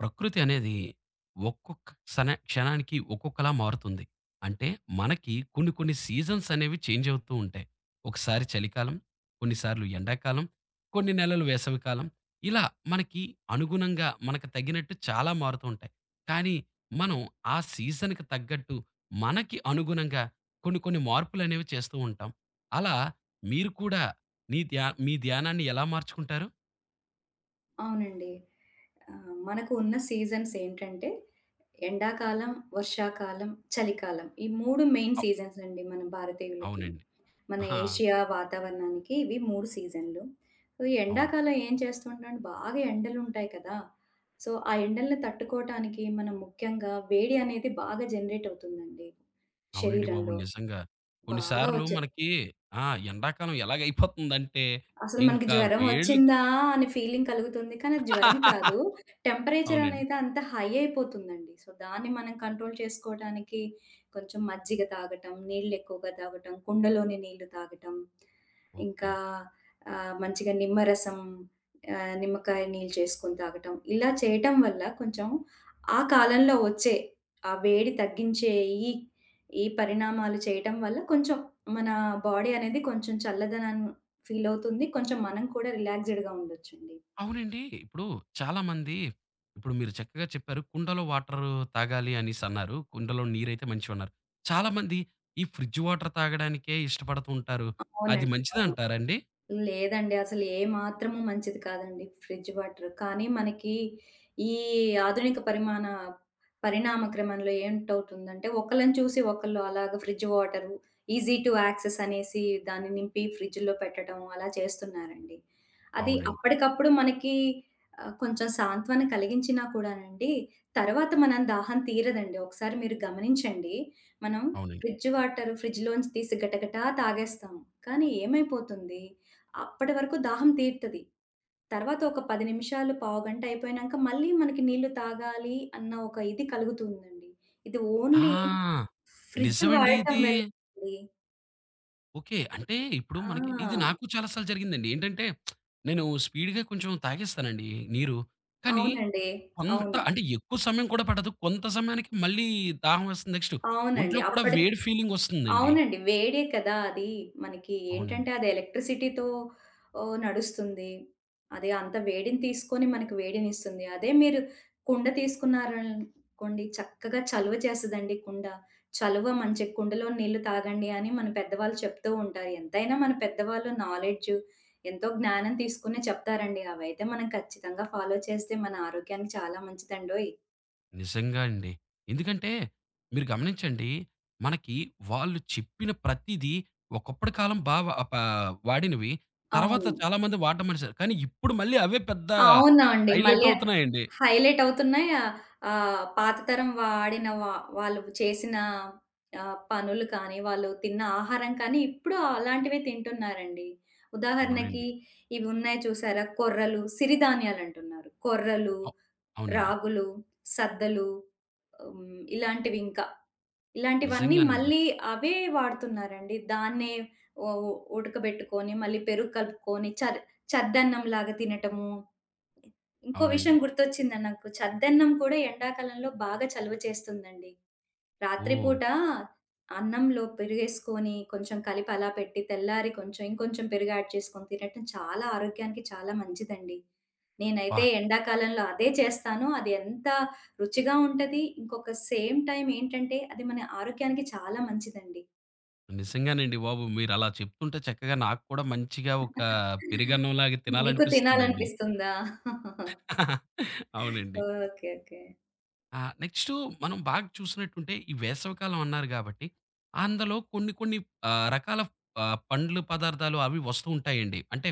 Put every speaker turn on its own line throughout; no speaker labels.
ప్రకృతి అనేది ఒక్కొక్క క్షణ క్షణానికి ఒక్కొక్కలా మారుతుంది. అంటే మనకి కొన్ని కొన్ని సీజన్స్ అనేవి చేంజ్ అవుతూ ఉంటాయి. ఒకసారి చలికాలం, కొన్నిసార్లు ఎండాకాలం, కొన్ని నెలలు వేసవికాలం. ఇలా మనకి అనుగుణంగా మనకు తగినట్టు చాలా మారుతూ ఉంటాయి. కానీ మనం ఆ సీజన్‌కి తగ్గట్టు మనకి అనుగుణంగా కొన్ని కొన్ని మార్పులనేవి చేస్తూ ఉంటాం. అలా మీరు కూడా మీ ధ్యానాన్ని ఎలా మార్చుకుంటారు?
అవునండి. మనకు ఉన్న సీజన్స్ ఏంటంటే ఎండాకాలం, వర్షాకాలం, చలికాలం. ఈ 3 మెయిన్
అవ్
సీజన్స్ అండి మన భారతీయులకి.
అవునండి.
మన
ఆ!
ఏషియా వాతావరణానికి ఇవి 3 సీజన్‌లు. సో, ఈ
అవునండి.
ఎండాకాలం ఏం చేస్తుంటాం బాగా ఎండలుంటాయి కదా! సో, ఆ ఎండల్ని తట్టుకోవటానికి మనం ముఖ్యంగా వేడి అనేది బాగా జనరేట్ అవుతుందండి
అవునండి బాబు.
శరీరంలో.
నిజంగా. కొన్ని
బాగా
సార్లు
వచ్చే
మనకి ఆ! ఎండాకాలం ఎలాగైపోతుందంటే,
అసలు మనకి
ఇంకా
జ్వరం
వేళ్ళకి.
వచ్చిందా అనే ఫీలింగ్ కలుగుతుంది. కానీ అది జ్వరం కాదు. టెంపరేచర్
అవునండి.
అనేది అంత హై అయిపోతుందండి. సో, దాన్ని మనం కంట్రోల్ చేసుకోవడానికి కొంచెం మజ్జిగ తాగటం, నీళ్ళు ఎక్కువగా తాగటం, కుండలోని నీళ్ళు తాగటం, ఇంకా
ఓకే.
మంచిగా నిమ్మకాయ నీళ్ళు చేసుకొని తాగటం. ఇలా చేయటం వల్ల కొంచెం ఆ కాలంలో వచ్చే ఆ వేడి తగ్గించే ఈ, ఈ పరిణామాలు చేయటం వల్ల కొంచెం మన బాడీ అనేది కొంచెం చల్లదనాన్ని ఫీలవుతుంది. కొంచెం మనం కూడా రిలాక్స్‌డ్‌గా ఉండొచ్చండి.
అవునండి. ఇప్పుడు చాలామంది ఇప్పుడు మీరు చక్కగా చెప్పారు. కుండలో వాటరు తాగాలి అనేసన్నారు. కుండలో నీరైతే మంచివన్నారు. చాలామంది ఈ ఫ్రిడ్జ్ వాటర్ తాగడానికే ఇష్టపడుతూ ఉంటారు.
అవునండి.
అది
అవును.
మంచిదంటారండి?
లేదండి. అసలు ఏ మాత్రము మంచిది కాదండి ఫ్రిడ్జ్ వాటర్. కానీ మనకి ఈ ఆధునిక పరిణామ క్రమంలో ఏంటవుతుందంటే, ఒకళ్ళని చూసి ఒకళ్ళు అలాగా fridge water, easy to access అనేసి దాన్ని నింపి ఫ్రిడ్జ్‌లో పెట్టడం అలా చేస్తున్నారండి. అది
అవునండి.
అప్పటికప్పుడు మనకి కొంచెం సాంత్వన కలిగించినా కూడానండి, తర్వాత మనం దాహం తీరదండి. ఒకసారి మీరు గమనించండి. మనం
అవునండి.
ఫ్రిడ్జ్ వాటర్ ఫ్రిడ్జ్‌లోంచి తీసి గటగటా తాగేస్తాం. కానీ ఏమైపోతుంది? అప్పటి వరకు దాహం తీరుతది. తర్వాత ఒక 10 నిమిషాలు, పావుగంట అయిపోయినంక మళ్ళీ మనకి నీళ్లు తాగాలి అన్న ఒక ఇది కలుగుతుందండి. ఇది ఓన్లీ
ఆ!
ఫ్రిడ్జ్
నిజమండి
వాడటం
ఇది.
వల్ల అండి.
ఓకే. అంటే ఇప్పుడు మనకి ఇది
ఆ!
నాకు చాలా సార్లు జరిగిందండి. ఏంటంటే నేను స్పీడ్‌గా కొంచెం తాగేస్తానండి నీరు. కానీ
అవునండి.
కొంత
అవును.
అంటే ఎక్కువ సమయం కూడా పడదు. కొంత సమయానికి మళ్ళీ దాహం వేస్తుంది. నెక్స్ట్
అవునండి.
ఒంట్లో కూడా
అప్పటికి
వేడి ఫీలింగ్ వస్తుందండి.
అవునండి. వేడే కదా అది. మనకి
అవునండి.
ఏంటంటే అది ఎలక్ట్రిసిటీతో నడుస్తుంది. అది అంత వేడిని తీసుకొని మనకి వేడినిస్తుంది. అదే మీరు కుండ తీసుకున్నారనుకోండి చక్కగా చలువ చేస్తదండి కుండ. చలువ మంచి కుండలో నీళ్లు తాగండి అని మన పెద్దవాళ్ళు చెప్తూ ఉంటారు. ఎంతైనా మన పెద్దవాళ్ళు నాలెడ్జ్, ఎంతో జ్ఞానం తీసుకునే చెప్తారండి. అవైతే మనం ఖచ్చితంగా ఫాలో చేస్తే మన ఆరోగ్యానికి చాలా మంచిదండోయ్!
నిజంగా అండి. ఎందుకంటే మీరు గమనించండి. మనకి వాళ్ళు చెప్పిన ప్రతీదీ ఒకప్పటి కాలం బా వ ప వాడినవి తర్వాత
అవును.
చాలామంది వాడడం మానేశారు. కానీ ఇప్పుడు మళ్ళీ అవే పెద్ద
అవునా అండి.
హైలైట్
మళ్ళీ
అవుతున్నాయండి.
హైలైట్ అవుతున్నాయి. ఆహ్, ఆహ్, పాత తరం వాడిన వాళ్ళు చేసిన పనులు కానీ, వాళ్ళు తిన్న ఆహారం కానీ, ఇప్పుడు అలాంటివే తింటున్నారండి. ఉదాహరణకి
అవునండి.
ఇవి ఉన్నాయి చూసారా? కొర్రలు, సిరిధాన్యాలంటున్నారు. కొర్రలు,
అవ్ అవునండి.
రాగులు, సద్దలు ఇలాంటివి ఇంకా. ఇలాంటివన్నీ
నిజంగానండి.
మళ్ళీ అవే వాడుతున్నారండి. దాన్నే ఓ ఉడకబెట్టుకొని, మళ్ళీ పెరుగు కలుపుకొని చద్దన్నంలాగా తినటము. ఇంకో విషయం
అవునండి.
గుర్తొచ్చిందండి నాకు. చద్దన్నం కూడా ఎండాకాలంలో బాగా చలువ చేస్తుందండి. రాత్రి
ఓహ్!
పూట అన్నంలో పెరుగేసుకొని, కొంచెం కలిపి అలా పెట్టి, తెల్లారి కొంచెం ఇంకొంచెం పెరుగు యాడ్ చేసుకొని తినటం చాలా ఆరోగ్యానికి చాలా మంచిదండి.
అబ్బా!
నేనైతే ఎండాకాలంలో అదే చేస్తాను. అది ఎంత రుచిగా ఉంటది. ఇంకొక సేమ్ టైమ్ ఏంటంటే, అది మన ఆరోగ్యానికి చాలా మంచిదండి.
నిజంగానండి బాబు. మీరలా చెప్తుంటే చక్కగా నాకు కూడా మంచిగా ఒక పెరుగన్నంలాగా
మీకు
తినాలనిపిస్తుందండి.
తినాలనిపిస్తుందా?
అవునండి.
ఓకే. ఓకే.
ఆ! నెక్స్టు మనం బాగా చూసినట్టుంటే ఈ వేసవికాలం అన్నారు గాబట్టి, అందులో కొన్ని కొన్ని రకాల పండ్లు పదార్థాలు అవి వస్తూ ఉంటాయండి. అంటే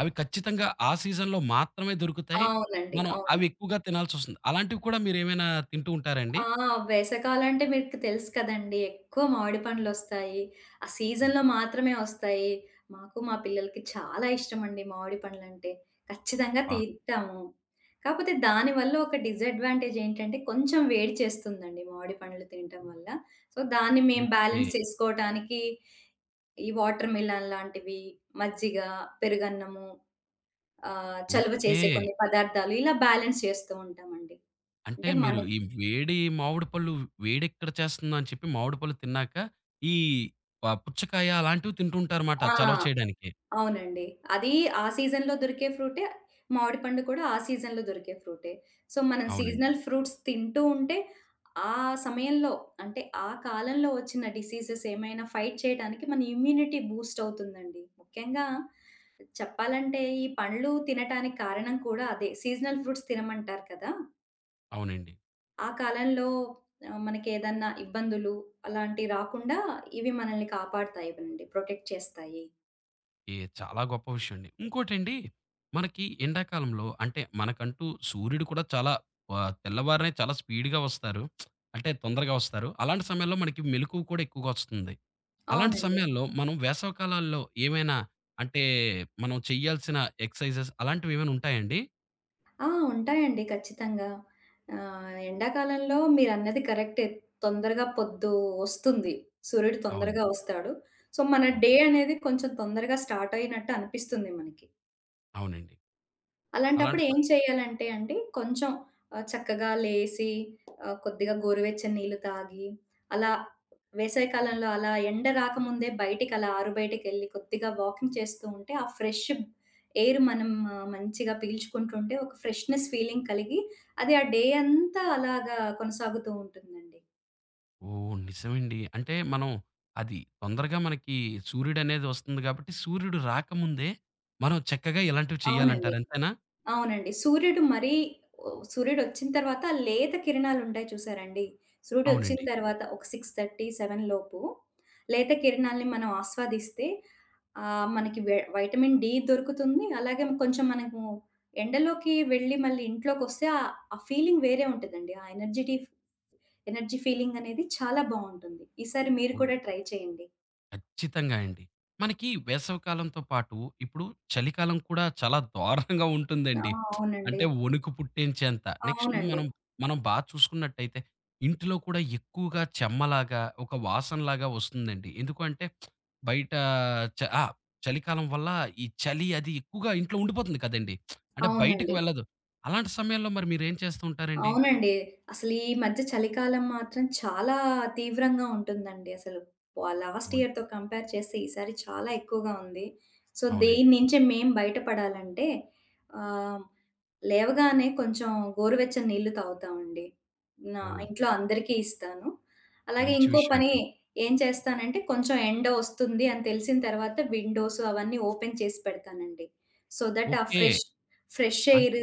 అవి ఖచ్చితంగా ఆ సీజన్‌లో మాత్రమే దొరుకుతాయి.
అవునండి.
మనం
అవును.
అవి ఎక్కువగా తినాల్సొస్తుంది. అలాంటివి కూడా మీరేమైనా తింటూ ఉంటారండి?
ఆ! వేసవికాలంటే మీకు తెలుసు కదండీ! ఎక్కువ మామిడి పండ్లొస్తాయి. ఆ
హ్మ్.
సీజన్‌లో మాత్రమే వస్తాయి. మాకు మా పిల్లలకి చాలా ఇష్టమండి మామిడి పండ్లంటే. ఖచ్చితంగా
అబ్బా!
తీస్తాము. కాపోతే దానివల్ల ఒక డిసడ్వాంటేజ్ ఏంటంటే కొంచెం వేడి చేస్తుందండి మామిడి పండ్లు తినటం వల్ల. సో, దాన్ని మేము
ఓకే.
బ్యాలెన్స్ చేసుకోవటానికి ఈ వాటర్ మిలన్ లాంటివి, మజ్జిగ, పెరుగన్నము, చలువ
ఓకే.
చేసే కొన్ని పదార్థాలు ఇలా బ్యాలెన్స్ చేస్తూ ఉంటామండి.
అంటే
అంటే మన
మీరు ఈ వేడి మామిడి పళ్ళు వేడెక్కడ చేస్తుందో అని చెప్పి మామిడి పళ్ళు తిన్నాక, ఈ పుచ్చకాయ అలాంటివి తింటుంటారుమాట
ఆ!
చలవ చేయడానికి.
అవునండి. అది ఆ సీజన్‌లో దొరికే ఫ్రూటే. మామిడి పండు కూడా ఆ సీజన్‌లో దొరికే ఫ్రూటే. సో, మనం
అవునండి.
సీజనల్ ఫ్రూట్స్ తింటూ ఉంటే, ఆ సమయంలో అంటే ఆ కాలంలో వచ్చిన డిసీజెస్ ఏమైనా ఫైట్ చేయడానికి మన ఇమ్యూనిటీ బూస్ట్ అవుతుందండి. ముఖ్యంగా చెప్పాలంటే ఈ పండ్లు తినటానికి కారణం కూడా అదే. సీజనల్ ఫ్రూట్స్ తినమంటారు కదా!
అవునండి.
ఆ కాలంలో మనకేదన్నా ఇబ్బందులు అలాంటివి రాకుండా ఇవి మనల్ని కాపాడతాయి అండి. ప్రొటెక్ట్ చేస్తాయి.
ఏ చాలా గొప్ప విషయం అండి. ఇంకోటండి మనకి ఎండాకాలంలో అంటే మనకంటూ సూర్యుడు కూడా చాలా తెల్లవారినే చాలా స్పీడ్‌గా వస్తారు. అంటే తొందరగా వస్తారు. అలాంటి సమయంలో మనకి మెలుకువ కూడా ఎక్కువగా వస్తుంది. అలాంటి
అవునండి.
సమయాల్లో మనం వేసవికాలాల్లో ఏమైనా అంటే మనం చేయాల్సిన ఎక్సర్‌సైజెస్ అలాంటివి ఏమైనా ఉంటాయండి?
ఆ! ఉంటాయండి ఖచ్చితంగా. ఎండాకాలంలో మీరన్నది కరెక్టే. తొందరగా పొద్దు వస్తుంది. సూర్యుడు తొందరగా
అవునండి.
వస్తాడు. సో, మన
అవును.
డే అనేది కొంచెం తొందరగా స్టార్ట్ అయినట్టు అనిపిస్తుంది మనకి.
అవునండి.
అలాంటప్పుడు
అలాంటి
ఏం చేయాలంటే అండి, కొంచెం చక్కగా లేసి కొద్దిగా గోరువెచ్చని నీళ్ళు తాగి, అలా వేసవి కాలంలో అలా ఎండ రాకముందే బయటికి అలా ఆరు బయటికెళ్ళి కొద్దిగా వాకింగ్ చేస్తూ ఉంటే, ఆ ఫ్రెష్ ఎయిర్ మనం మంచిగా పీల్చుకుంటుంటే ఒక ఫ్రెష్‌నెస్ ఫీలింగ్ కలిగి, అది ఆ డే అంతా అలాగా కొనసాగుతూ ఉంటుందండి.
ఓహ్! నిజమండి. అంటే మనం అది తొందరగా మనకి సూర్యుడనేది వస్తుంది కాబట్టి సూర్యుడు రాకముందే మనం చక్కగా ఇలాంటివి
అవునండి.
చేయాలంటారు అంతేనా?
అవునండి. సూర్యుడు మరీ ఓహ్! సూర్యుడొచ్చిన తర్వాత ఆ లేత కిరణాలుంటాయి చూసారండి. సూర్యుడొచ్చిన
అవునండి.
తర్వాత ఒక 6:30, 7 లోపు లేత కిరణాల్ని మనం ఆస్వాదిస్తే మనకి వైటమిన్ డి దొరుకుతుంది. అలాగే కొంచెం మనము ఎండలోకి వెళ్ళి మళ్ళీ ఇంట్లోకొస్తే ఆ ఫీలింగ్ వేరే ఉంటదండి. ఆ ఎనర్జీ ఫీలింగ్ అనేది చాలా బావుంటుంది. ఈసారి మీరు
ఓహ్!
కూడా ట్రై చేయండి.
ఖచ్చితంగా అండి. మనకి వేసవికాలంతో పాటు ఇప్పుడు చలికాలం కూడా చాలా దారుణంగా
ఆ!
ఉంటుందండి.
అవునండి.
అంటే వణుకు పుట్టించేంత. నెక్స్టు
అవునండి.
మనం, మనం బా చూసుకున్నట్టయితే ఇంట్లో కూడా ఎక్కువగా చెమ్మలాగా, ఒక వాసనలాగా వస్తుందండి. ఎందుకు అంటే బయట ఆ! చలికాలం వల్ల ఈ చలి అది ఎక్కువగా ఇంట్లో ఉండిపోతుంది కదండీ. అంటే బయటకి
అవునండి.
వెళ్ళదు. అలాంటి సమయంలో మరి మీరేం చేస్తూ ఉంటారండి?
అవునండి. అసలు ఈ మధ్య చలికాలం మాత్రం చాలా తీవ్రంగా ఉంటుందండి అసలు. లాస్ట్
అవును.
ఇయర్‌తో కంపేర్ చేస్తే ఈసారి చాలా ఎక్కువగా ఉంది. సో,
అవునండి.
దీని నుంచి మేము బయటపడాలంటే ఆహ్, లేవగానే కొంచెం గోరువెచ్చని నీళ్లు తాగుతామండి. నా
ఓహ్!
ఇంట్లో అందరికీ ఇస్తాను. అలాగే
మంచి
ఇంకో
విషయం
పని
అండి.
ఏం చేస్తానంటే కొంచెం ఎండ ఒస్తుంది అని తెలిసిన తర్వాత విండోస్ అవన్నీ ఓపెన్ చేసి పెడతానండి. So that uh
okay.
Fresh fresh
and
air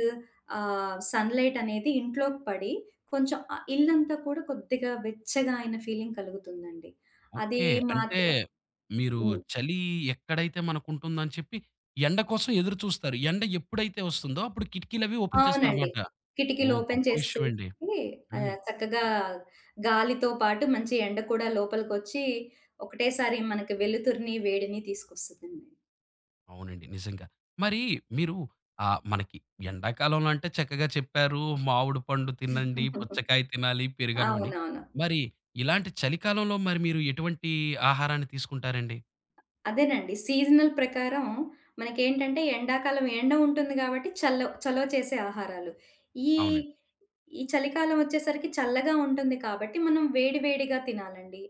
sunlight అనేది ఇంట్లోకి పడి, కొంచెం ఇల్లంతా కూడా కొద్దిగా వెచ్చగా అయిన ఫీలింగ్ కలుగుతుందండి. అది
ఓకే. అంటే
మాత్రం
మీరు
హ్మ్.
చలి ఎక్కడైతే మనకుంటుందని చెప్పి, ఎండ కోసం ఎదురు చూస్తారు. ఎండ ఎప్పుడైతే వస్తుందో అప్పుడు కిటికీలవి ఓపెన్
అవునండి.
చేస్తారమాట.
కిటికీలు
ఓహ్!
ఓపెన్
గొప్ప
చేసేసి
విషయం అండి. హ్మ్.
చక్కగా గాలితో పాటు మంచి ఎండ కూడా లోపలికొచ్చి, ఒకటేసారి మనకి వెలుతురిని, వేడిని తీసుకొస్తదండి.
అవునండి. నిజంగా. మరి మీరు మనకి ఎండాకాలంలో అంటే చక్కగా చెప్పారు. మామిడి పండు తినండి, పుచ్చకాయ తినాలి, పెరుగన్నం అని.
అవునవును.
మరి ఇలాంటి చలికాలంలో మరి మీరు ఎటువంటి ఆహారాన్ని తీసుకుంటారండి?
అదేనండి. సీజనల్ ప్రకారం మనకేంటంటే ఎండాకాలం ఎండ ఉంటుంది గాబట్టి చలవ చేసే ఆహారాలు. ఈ
అవునండి.
ఈ చలికాలం ఒచ్చేసరికి చల్లగా ఉంటుంది కాబట్టి మనం వేడి వేడిగా తినాలండి.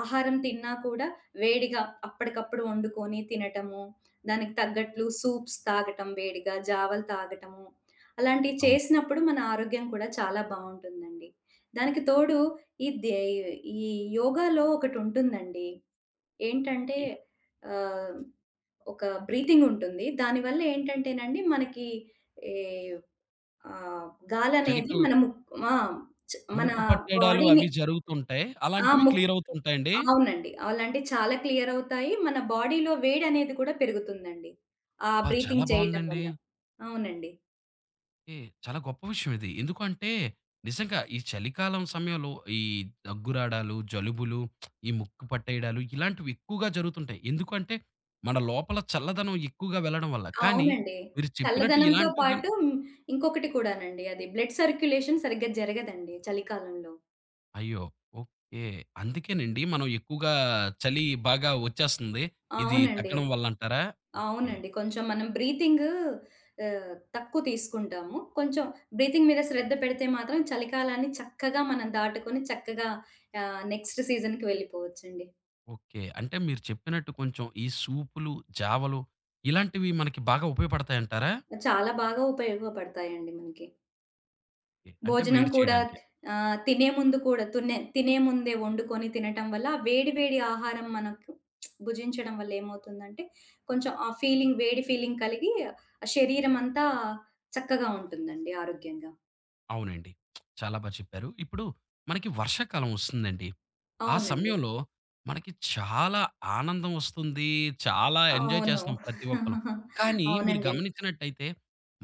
ఆహారం తిన్నా కూడా వేడిగా అప్పటికప్పుడు వండుకొని తినటము, దానికి తగ్గట్లు సూప్స్ తాగటం వేడిగా, జావలు తాగటము, అలాంటివి
అవును.
చేసినప్పుడు మన ఆరోగ్యం కూడా చాలా బావుంటుందండి. దానికి తోడు ఈ దే ఈ యోగాలో ఒకటుంటుందండి. ఏంటంటే
ఈ
ఆహ్, ఒక బ్రీతింగ్ ఉంటుంది. దానివల్ల ఏంటంటేనండి మనకి ఏ ఆహ్, గాలనేది
చలికాలం
మన ఆ! మన
ముక్కు పట్టేయడాలు
బాడీని
అవి జరుగుతుంటాయి.
ఆ!
అలాంటివి క్లియర్ అవుతుంటాయండి?
అవునండి. అలాంటివి చాలా క్లియర్ అవుతాయి. మన బాడీలో వేడనేది కూడా పెరుగుతుందండి. ఆ
ఆ! చాలా
బ్రీతింగ్ చేయటం
బావుందండి.
వల్ల. అవునండి.
ఏ చాలా గొప్ప విషయం ఇది. ఎందుకంటే నిజంగా ఈ చలికాలం సమయంలో ఈ దగ్గు రాడాలు, జలుబులు, ఈ ముక్కు పట్టేయడాలు ఇలాంటివి ఎక్కువగా జరుగుతుంటాయి. ఎందుకంటే మన లోపల చల్లదనం ఎక్కువగా వెళ్ళడం వల్ల. కానీ
అవునండి.
మీరు చెప్పినట్టు
చల్లదనంతో
ఇలాంటివి గాని
పాటు ఇంకొకటి కూడానండి అది బ్లడ్ సర్క్యులేషన్ సరిగ్గా జరగదండి చలికాలంలో.
అయ్యో! ఓకే. అందుకేనండి మనం ఎక్కువగా చలి బాగా వచ్చేస్తుంది. ఇది
అవునండి.
తగ్గడం వల్ల అంటారా? ఓకే.
అవునండి. కొంచెం మనం బ్రీతింగ్ తక్కువ తీసుకుంటాము. కొంచెం బ్రీతింగ్ మీద శ్రద్ధ పెడితే మాత్రం చలికాలాన్ని చక్కగా మనం దాటుకొని చక్కగా నెక్స్ట్ సీజన్‌కి వెళ్ళిపోవచ్చండి.
ఓకే. అంటే మీరు చెప్పినట్టు కొంచెం ఈ సూపులు, జావలు ఇలాంటివి మనకి బాగా ఉపయోగపడతాయంటారా?
చాలా బాగా ఉపయోగపడతాయండి మనకి.
ఓకే. అంటే
భోజనం
వేడి
కూడా
చేయడానికి.
తినే ముందు కూడా తినే ముందే వండుకొని తినటం వల్ల ఆ వేడి వేడి ఆహారం మనకు భుజించడం వల్ల ఏమవుతుందంటే కొంచెం ఆ ఫీలింగ్ వేడి ఫీలింగ్ కలిగి ఆ శరీరం అంతా చక్కగా ఉంటుందండి ఆరోగ్యంగా.
అవునండి. చాలా బా చెప్పారు. ఇప్పుడు మనకి వర్షాకాలం వస్తుందండి. ఆ
అవునండి.
సమయంలో మనకి చాలా ఆనందం వస్తుంది. చాలా ఎంజాయ్
అవును.
చేస్తాం ప్రతి ఒక్కలం. కానీ మీరు
అవునండి.
గమనించినట్టయితే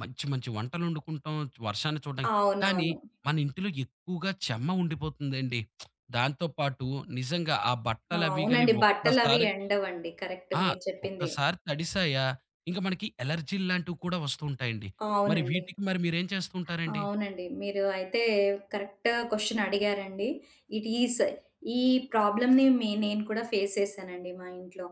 మంచి మంచి వంటలొండుకుంటాం. వర్షాన్ని చూడడానికి కానీ
అవునవును.
మన ఇంటిలో ఎక్కువగా చెమ్మ ఉండిపోతుందండి. దాంతో పాటు నిజంగా ఆ బట్టలవి గాని
అవునండి. బట్టలవి
ఒక్కసారి
ఎండవండి. కరెక్ట్
ఆ!
మీరు చెప్పింది.
ఒక్కసారి తడిసాయా ఇంక మనకి ఎలర్జీలు లాంటివి కూడా వస్తూ ఉంటాయండి. మరి
అవునండి.
వీటికి మరి మీరేం చేస్తూ ఉంటారండి?
అవునండి. మీరు అయితే కరెక్ట్ క్వెషన్ అడిగారండి. ఇట్ ఈస్ ఈ ప్రాబ్లమ్‌ని నేను కూడా ఫేస్ చేశానండి మా ఇంట్లో.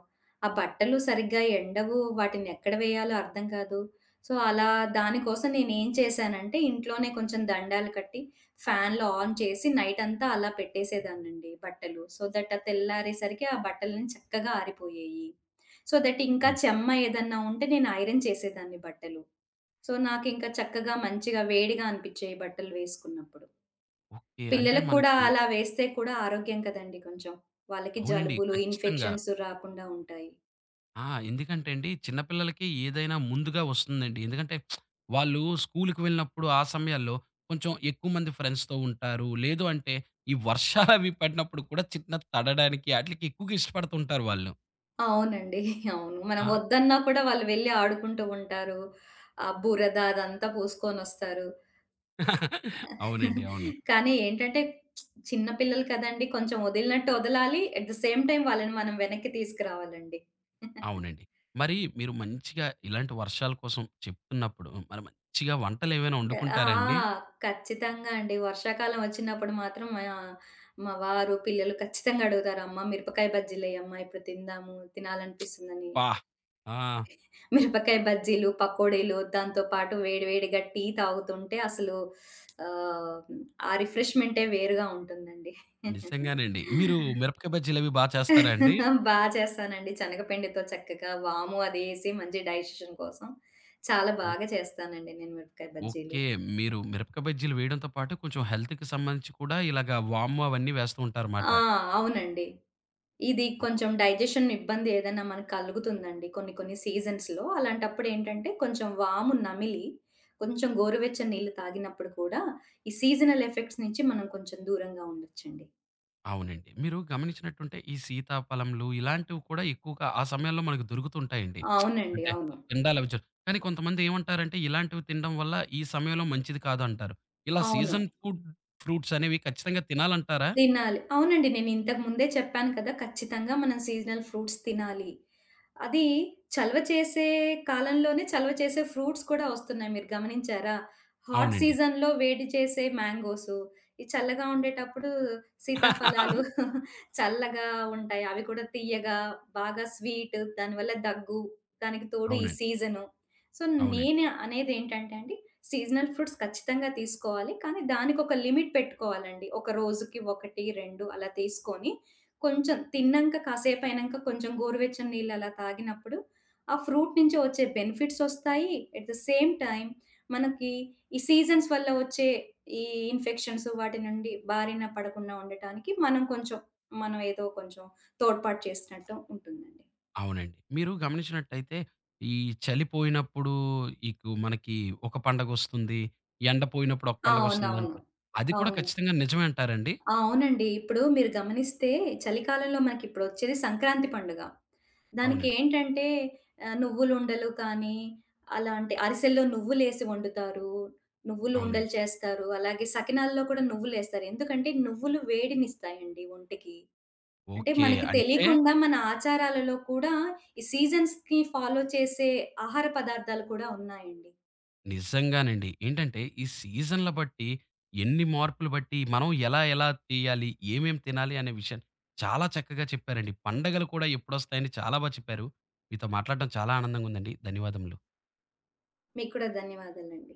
ఆ బట్టలు సరిగ్గా ఎండవు. వాటిని ఎక్కడ వేయాలో అర్థం కాదు. సో, అలా దానికోసం నేనేం చేశానంటే ఇంట్లోనే కొంచెం దండాలు కట్టి ఫ్యాన్‌లు ఆన్ చేసి నైటంతా అలా పెట్టేసేదాన్నండి బట్టలు. సో దట్ ఆ తెల్లారేసరికి ఆ బట్టలన్నీ చక్కగా ఆరిపోయేయి. సో దట్ ఇంకా
ఓహ్!
చెమ్మ ఏదన్నా ఉంటే నేను ఐరన్ చేసేదాన్ని బట్టలు. సో, నాకింక చక్కగా మంచిగా వేడిగా అనిపిచ్చేయి బట్టలు వేసుకున్నప్పుడు.
ఓకే. అంటే
పిల్లలకు కూడా
మనకి
అలా వేస్తే కూడా ఆరోగ్యం కదండీ కొంచెం. వాళ్ళకి
అవునండి.
జలుబులు,
ఖచ్చితంగా.
ఇన్ఫెక్షన్స్ రాకుండా ఉంటాయి.
ఆ! ఎందుకంటే అండి చిన్న పిల్లలకి ఏదైనా ముందుగా వస్తుందండి. ఎందుకంటే వాళ్ళు స్కూలుకి వెళ్ళినప్పుడు ఆ సమయాల్లో కొంచెం ఎక్కువ మంది ఫ్రెండ్స్‌తో ఉంటారు. లేదు అంటే ఈ వర్షాలవి పడినప్పుడు కూడా చిన్న తడడానికి ఆటిలకి ఎక్కువగా ఇష్టపడుతూ ఉంటారు వాళ్ళు.
అవునండి. అవును. మనం
ఆ!
వద్దన్నా కూడా వాళ్ళు వెళ్లి ఆడుకుంటూ ఉంటారు. ఆ బురద అదంతా పూసుకొనొస్తారు.
అవునండి. అవును.
కానీ ఏంటంటే చిన్న పిల్లలు కదండీ! కొంచెం వదిలినట్టు వదలాలి. అట్ ద సేమ్ టైమ్ వాళ్ళని మనం వెనక్కి తీసుకురావాలండి.
అవునండి. మరి మీరు మంచిగా ఇలాంటి వర్షాల కోసం చెప్తున్నప్పుడు, మరి మంచిగా వంటలేమైనా
ఆ!
వండుకుంటారా అండి?
ఖచ్చితంగా అండి. వర్షాకాలం వచ్చినప్పుడు మాత్రం మా మా వారు, పిల్లలు ఖచ్చితంగా అడుగుతారు. "అమ్మ మిరపకాయ బజ్జీలెయమ్మ ఇప్పుడు తిందాము, తినాలనిపిస్తుందని."
అబ్బా! ఆ!
మిరపకాయ బజ్జీలు, పకోడీలు దాంతో పాటు వేడి వేడిగా టీ తాగుతుంటే అసలు ఆహ్, ఆ రిఫ్రెష్‌మెంటే వేరుగా ఉంటుందండి.
నిజంగానండి. మీరు మిరపకాయ బజ్జీలవి బా చేస్తారా అండి?
బా చేస్తానండి. శనగపిండితో చక్కగా వాము అదేసి మంచి డైజెషన్ కోసం చాలా
ఓ
బాగా చేస్తానండి నేను మిరపకాయ బజ్జీలు.
ఓకే. మీరు మిరపకాయ బజ్జీలు వేయడంతో పాటు కొంచెం హెల్త్‌కి సంబంధించి కూడా ఇలాగ వాము అవన్నీ వేస్తూ ఉంటారుమాట.
ఆ! అవునండి. ఇది కొంచెం డైజెషన్ ఇబ్బంది ఏదైనా మనకు కలుగుతుందండి కొన్ని కొన్ని సీజన్స్‌లో. అలాంటప్పుడేంటంటే కొంచెం వాము నమిలి, కొంచెం గోరువెచ్చని నీళ్ళు తాగినప్పుడు కూడా ఈ సీజనల్ ఎఫెక్ట్స్ నుంచి మనం కొంచెం దూరంగా ఉండొచ్చండి.
అవునండి. మీరు గమనించినట్టుంటే ఈ సీతాఫలంలు ఇలాంటివి కూడా ఎక్కువగా ఆ సమయంలో మనకు దొరుకుతుంటాయండి.
అవునండి.
అంటే
అవును.
తిండాలవి కానీ కొంతమంది ఏమంటారంటే ఇలాంటివి తినడం వల్ల ఈ సమయంలో మంచిది కాదంటారు. ఇలా
అవును.
సీజన్ ఫుడ్ ఫ్రూట్స్ అనేవి ఖచ్చితంగా తినాలంటారా?
తినాలి. అవునండి. నేను ఇంతకు ముందే చెప్పాను కదా! ఖచ్చితంగా మనం సీజనల్ ఫ్రూట్స్ తినాలి. అది చలవ చేసే కాలంలోనే చలవ చేసే ఫ్రూట్స్ కూడా వస్తున్నాయి. మీరు గమనించారా? హాట్
అవునండి.
సీజన్‌లో వేడి చేసే మ్యాంగోసు, ఈ చల్లగా ఉండేటప్పుడు సీతాఫలాలు చల్లగా ఉంటాయి. అవి కూడా తియ్యగా, బాగా స్వీట్, దానివల్ల దగ్గు, దానికి తోడు ఈ
అవునండి.
సీజను. సో,
అవునండి.
నేను అనేదేంటంటే అండి సీజనల్ ఫ్రూట్స్ ఖచ్చితంగా తీసుకోవాలి. కానీ దానికొక లిమిట్ పెట్టుకోవాలండి. ఒక రోజుకి 1, 2 అలా తీసుకొని, కొంచెం తిన్నంక కాసేపయినంక కొంచెం గోరువెచ్చని నీళ్ళు అలా తాగినప్పుడు, ఆ ఫ్రూట్ నుంచి వచ్చే బెనిఫిట్సొస్తాయి. ఎట్ ద సేమ్ టైమ్ మనకి ఈ సీజన్స్ వల్ల వచ్చే ఈ ఇన్ఫెక్షన్స్ వాటి నుండి బారిన పడకుండా ఉండటానికి మనం కొంచెం మనం ఏదో కొంచెం తోడ్పాటు చేసినట్టు ఉంటుందండి.
అవునండి. మీరు గమనించినట్టయితే ఈ చలిపోయినప్పుడు ఇకు మనకి ఒక పండగొస్తుంది. ఎండ పోయినప్పుడు ఒక
అవునవును.
పండగొస్తుందంటారు. అది కూడా
అవునండి.
ఖచ్చితంగా నిజమే అంటారండి?
ఆ! అవునండి. ఇప్పుడు మీరు గమనిస్తే చలికాలంలో మనకిప్పుడు వచ్చేది సంక్రాంతి పండుగ. దానికి
అవునండి.
ఏంటంటే నువ్వులుండలు కానీ, అలాంటి అరిసెల్లో నువ్వులేసి వండుతారు. నువ్వులు ఉండలు
అవునండి.
చేస్తారు. అలాగే సకినాల్లో కూడా నువ్వులేస్తారు. ఎందుకంటే నువ్వులు వేడినిస్తాయండి ఒంటికి. అంటే
ఓకే.
మనకి
అంటే
తెలియకుండా మన ఆచారాలలో కూడా ఈ సీజన్స్‌కి ఫాలో చేసే ఆహార పదార్థాలు కూడా ఉన్నాయండి.
నిజంగానండి. ఏంటంటే ఈ సీజన్‌ల బట్టి ఎన్ని మార్పులు బట్టి మనం ఎలా ఎలా తీయాలి? ఏమేం తినాలి? అనే విషయాన్ని చాలా చక్కగా చెప్పారండి. పండగలు కూడా ఎప్పుడొస్తాయని చాలా బా చెప్పారు. మీతో మాట్లాడడం చాలా ఆనందంగా ఉందండి. ధన్యవాదములు.
మీకు కూడా ధన్యవాదాలండి.